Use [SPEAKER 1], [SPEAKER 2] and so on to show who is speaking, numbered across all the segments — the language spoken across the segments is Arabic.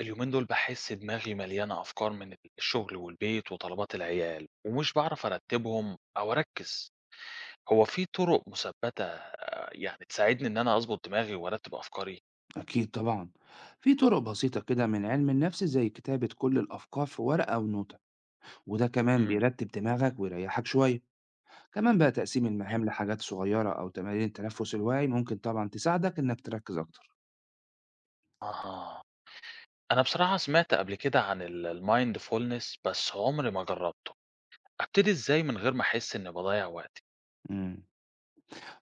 [SPEAKER 1] اليومين دول باحس دماغي مليانة أفكار من الشغل والبيت وطلبات العيال، ومش باعرف أرتبهم أو أركز، هو في طرق مثبتة يعني تساعدني إن أنا أضبط دماغي وأرتب أفكاري؟
[SPEAKER 2] أكيد طبعا. في طرق بسيطة كده من علم النفس زي كتابة كل الأفكار في ورقة أو نوتة، وده كمان
[SPEAKER 1] إمم.
[SPEAKER 2] بيرتب دماغك ويريحك شوية. كمان بقى تقسيم المهام لحاجات صغيرة أو تمارين التنفس الواعي ممكن طبعا تساعدك إنك تركز أكتر.
[SPEAKER 1] أها. أنا بصراحة سمعت قبل كده عن ال الmindfulness بس عمري ما جربته، أبتدي إزاي من غير ما أحس إني باضيّع وقتي؟
[SPEAKER 2] مم.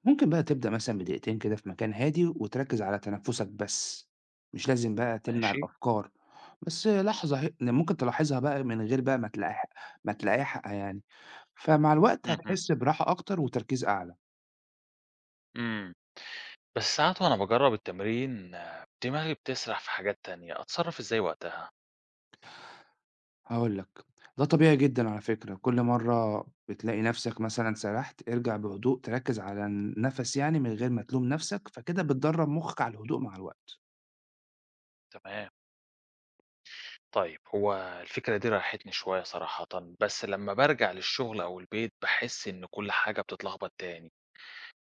[SPEAKER 2] ممكن بقى تبدأ مثلا بـ 2 دقيقة كده في مكان هادي وتركز على تنفسك بس. مش لازم بقى تمنع
[SPEAKER 1] ماشي.
[SPEAKER 2] الأفكار، بس لحظة ممكن تلاحظها بقى من غير بقى ما تلاقيها ما تلاقيها يعني. فمع الوقت
[SPEAKER 1] اهم.
[SPEAKER 2] هتحس براحة أكتر وتركيز أعلى.
[SPEAKER 1] إمم. بس ساعات وأنا باجرب التمرين آه، دماغي بتسرح في حاجات تانية، أتصرف إزاي وقتها؟
[SPEAKER 2] هاقول لك، ده طبيعي جدًا على فكرة، كل مرّة بتلاقي نَفْسك مثلًا سرحت، ارجع بهدوء تركّز على النَفَس يعني من غير ما تلوم نَفْسك، فكده بتدرّب مُخّك على الهدوء مع الوقت.
[SPEAKER 1] تمام. طيب، هو الفكرة دي ريحتني شوية صراحةً، بس لمّا بارجع للشغل أو البيت باحس إن كل حاجة بتتلخبط تاني.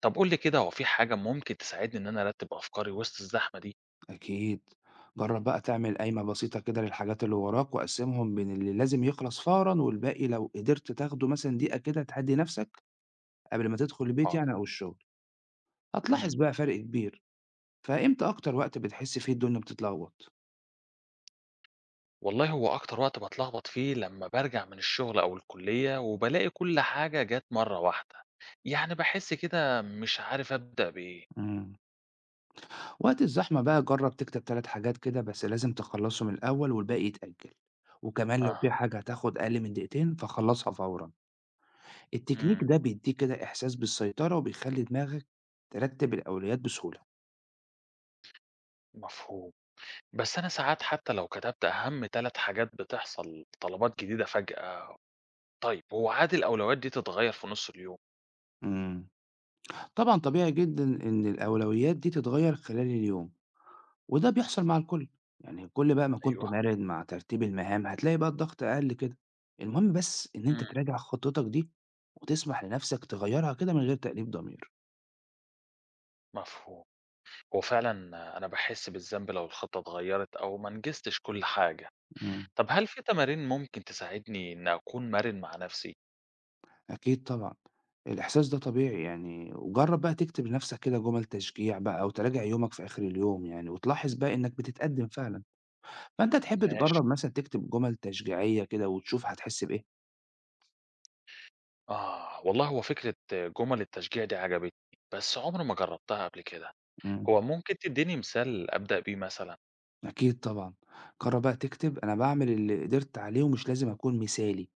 [SPEAKER 1] طب قُل لي كده هو في حاجة ممكن تساعدني إن أنا أرتّب أفكاري وسط الزحمة دي؟
[SPEAKER 2] أكيد، جرّب بقى تعمل قايمة بسيطة كده للحاجات اللي وراك وقسّمهم بين اللي لازم يخلص فورًا والباقي لو قدرت تاخده مثلًا دقيقة كده تهدّي نَفْسك قبل ما تدخل البيت
[SPEAKER 1] حاضر.
[SPEAKER 2] يعني أو الشغل،
[SPEAKER 1] إمم.
[SPEAKER 2] هتلاحظ بقى فرق كبير. فإمتى أكتر وقت بتحس فيه الدنيا بتتلخبط؟
[SPEAKER 1] والله هو أكتر وقت باتلخبط فيه لمّا بارجع من الشغل أو الكلية وبالاقي كل حاجة جات مرّة واحدة، يعني باحس كده مش عارف أبدأ بإيه.
[SPEAKER 2] إمم. وقت الزحمة بقى جرب تكتب 3 حاجات كده بس لازم تخلصهم الأول والباقي يتأجل. وكمان لو في
[SPEAKER 1] أها.
[SPEAKER 2] حاجة هتاخد أقل من 2 دقيقة فخلصها فورا. التكنيك
[SPEAKER 1] إمم.
[SPEAKER 2] ده بيديك كده إحساس بالسيطرة وبيخلي دماغك ترتب الأولويات بسهولة.
[SPEAKER 1] مفهوم. بس أنا ساعات حتى لو كتبت أهم 3 حاجات بتحصل، طلبات جديدة فجأة. طيب، هو عادة الأولويات دي تتغيّر في نُص اليوم؟
[SPEAKER 2] مم. طبعا طبيعي جدا إن الأولويات دي تتغير خلال اليوم، وده بيحصل مع الكل. يعني كل بقى ما كنت
[SPEAKER 1] أيوه.
[SPEAKER 2] مرن مع ترتيب المهام هتلاقي بقى الضغط أقل كده. المهم بس إن أنت
[SPEAKER 1] إمم.
[SPEAKER 2] تراجع خطتك دي وتسمح لنفسك تغيرها كده من غير تأنيب ضمير.
[SPEAKER 1] مفهوم. هو فعلًا أنا باحس بالذنب لو الخطة اتغيّرت أو ما نجزتش كل حاجة.
[SPEAKER 2] مم.
[SPEAKER 1] طب هل في تمارين ممكن تساعدني إن أكون مرن مع نفسي؟
[SPEAKER 2] أكيد طبعًا، الإحساس ده طبيعي يعني، وجرّب بقى تكتب لنفسك كده جمل تشجيع بقى أو تراجع يومك في آخر اليوم يعني، وتلاحظ بقى إنك بتتقدم فعلًا. فأنت تحب
[SPEAKER 1] ماشي.
[SPEAKER 2] تجرّب مثلًا تكتب جمل تشجيعية كده وتشوف هتحس بإيه؟
[SPEAKER 1] آه، والله هو فكرة جُمل التشجيع دي عجبتني، بس عمري ما جرّبتها قبل كده.
[SPEAKER 2] إمم،
[SPEAKER 1] هو ممكن تدّيني مثال أبدأ بيه مثلًا؟
[SPEAKER 2] أكيد طبعًا، جرّب بقى تكتب أنا باعمل اللي قدرت عليه ومش لازم أكون مثالي،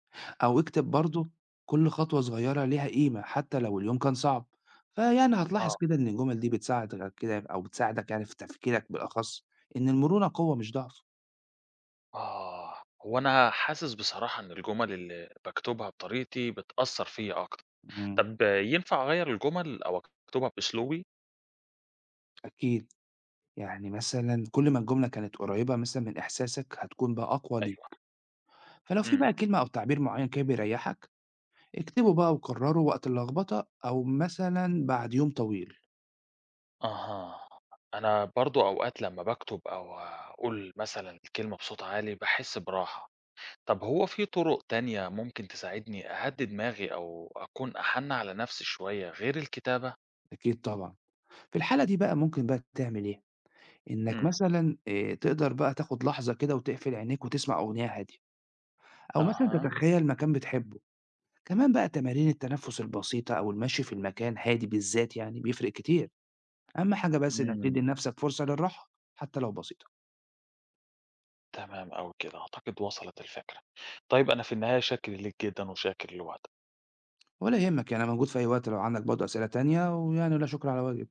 [SPEAKER 2] أو اكتب برضه كل خطوة صغيرة ليها قيمة حتى لو اليوم كان صعب. فيعني هتلاحظ
[SPEAKER 1] آه.
[SPEAKER 2] كده إن الجمل دي بتساعدك كده أو بتساعدك يعني في تفكيرك بالأخص إن المرونة قوة مش ضعف.
[SPEAKER 1] آه. هو أنا حاسس بصراحة إن الجُمل اللي باكتبها بطريقتي بتأثّر فيّا أكتر.
[SPEAKER 2] إمم.
[SPEAKER 1] طب ينفع أغيّر الجُمل أو أكتبها بأسلوبي؟
[SPEAKER 2] أكيد، يعني مثلًا كل ما الجملة كانت قريبة مثلًا من إحساسك هتكون بقى أقوى
[SPEAKER 1] أيوه.
[SPEAKER 2] ليك. فلو في
[SPEAKER 1] إمم.
[SPEAKER 2] بقى كلمة أو تعبير معيّن كده بيريحك، اكتبه بقى وكرره وقت اللخبطة أو مثلًا بعد يوم طويل.
[SPEAKER 1] أها. أنا برضه أوقات لمّا باكتب أو أقول مثلًا الكلمة بصوت عالي باحس براحة. طب هو في طُرق تانية ممكن تساعدني أهدّي دماغي أو أكون أحَن على نَفْسي شوية غير الكتابة؟
[SPEAKER 2] أكيد طبعًا. في الحالة دي بقى ممكن بقى تعمل إيه، إنك
[SPEAKER 1] إمم.
[SPEAKER 2] مثلًا تقدر بقى تاخد لحظة كده وتقفل عينيك وتسمع أغنية هادية، أو مثلًا
[SPEAKER 1] أها.
[SPEAKER 2] تتخيل مكان بتحبه. كمان بقى تمارين التنفس البسيطة أو المشي في المكان هادي بالذات يعني بيفرق كتير. أهم حاجة بس إنك
[SPEAKER 1] إمم.
[SPEAKER 2] تدّي لنفسك فرصة للراحة حتى لو بسيطة.
[SPEAKER 1] تمام أوي كده، أعتقد وصلت الفكرة. طيب أنا في النهاية شاكر ليك جدًا وشاكر لوقتك.
[SPEAKER 2] ولا يهمك، يعني أنا موجود في أي وقت لو عندك برضه أسئلة تانية، ويعني لا شكر على واجب.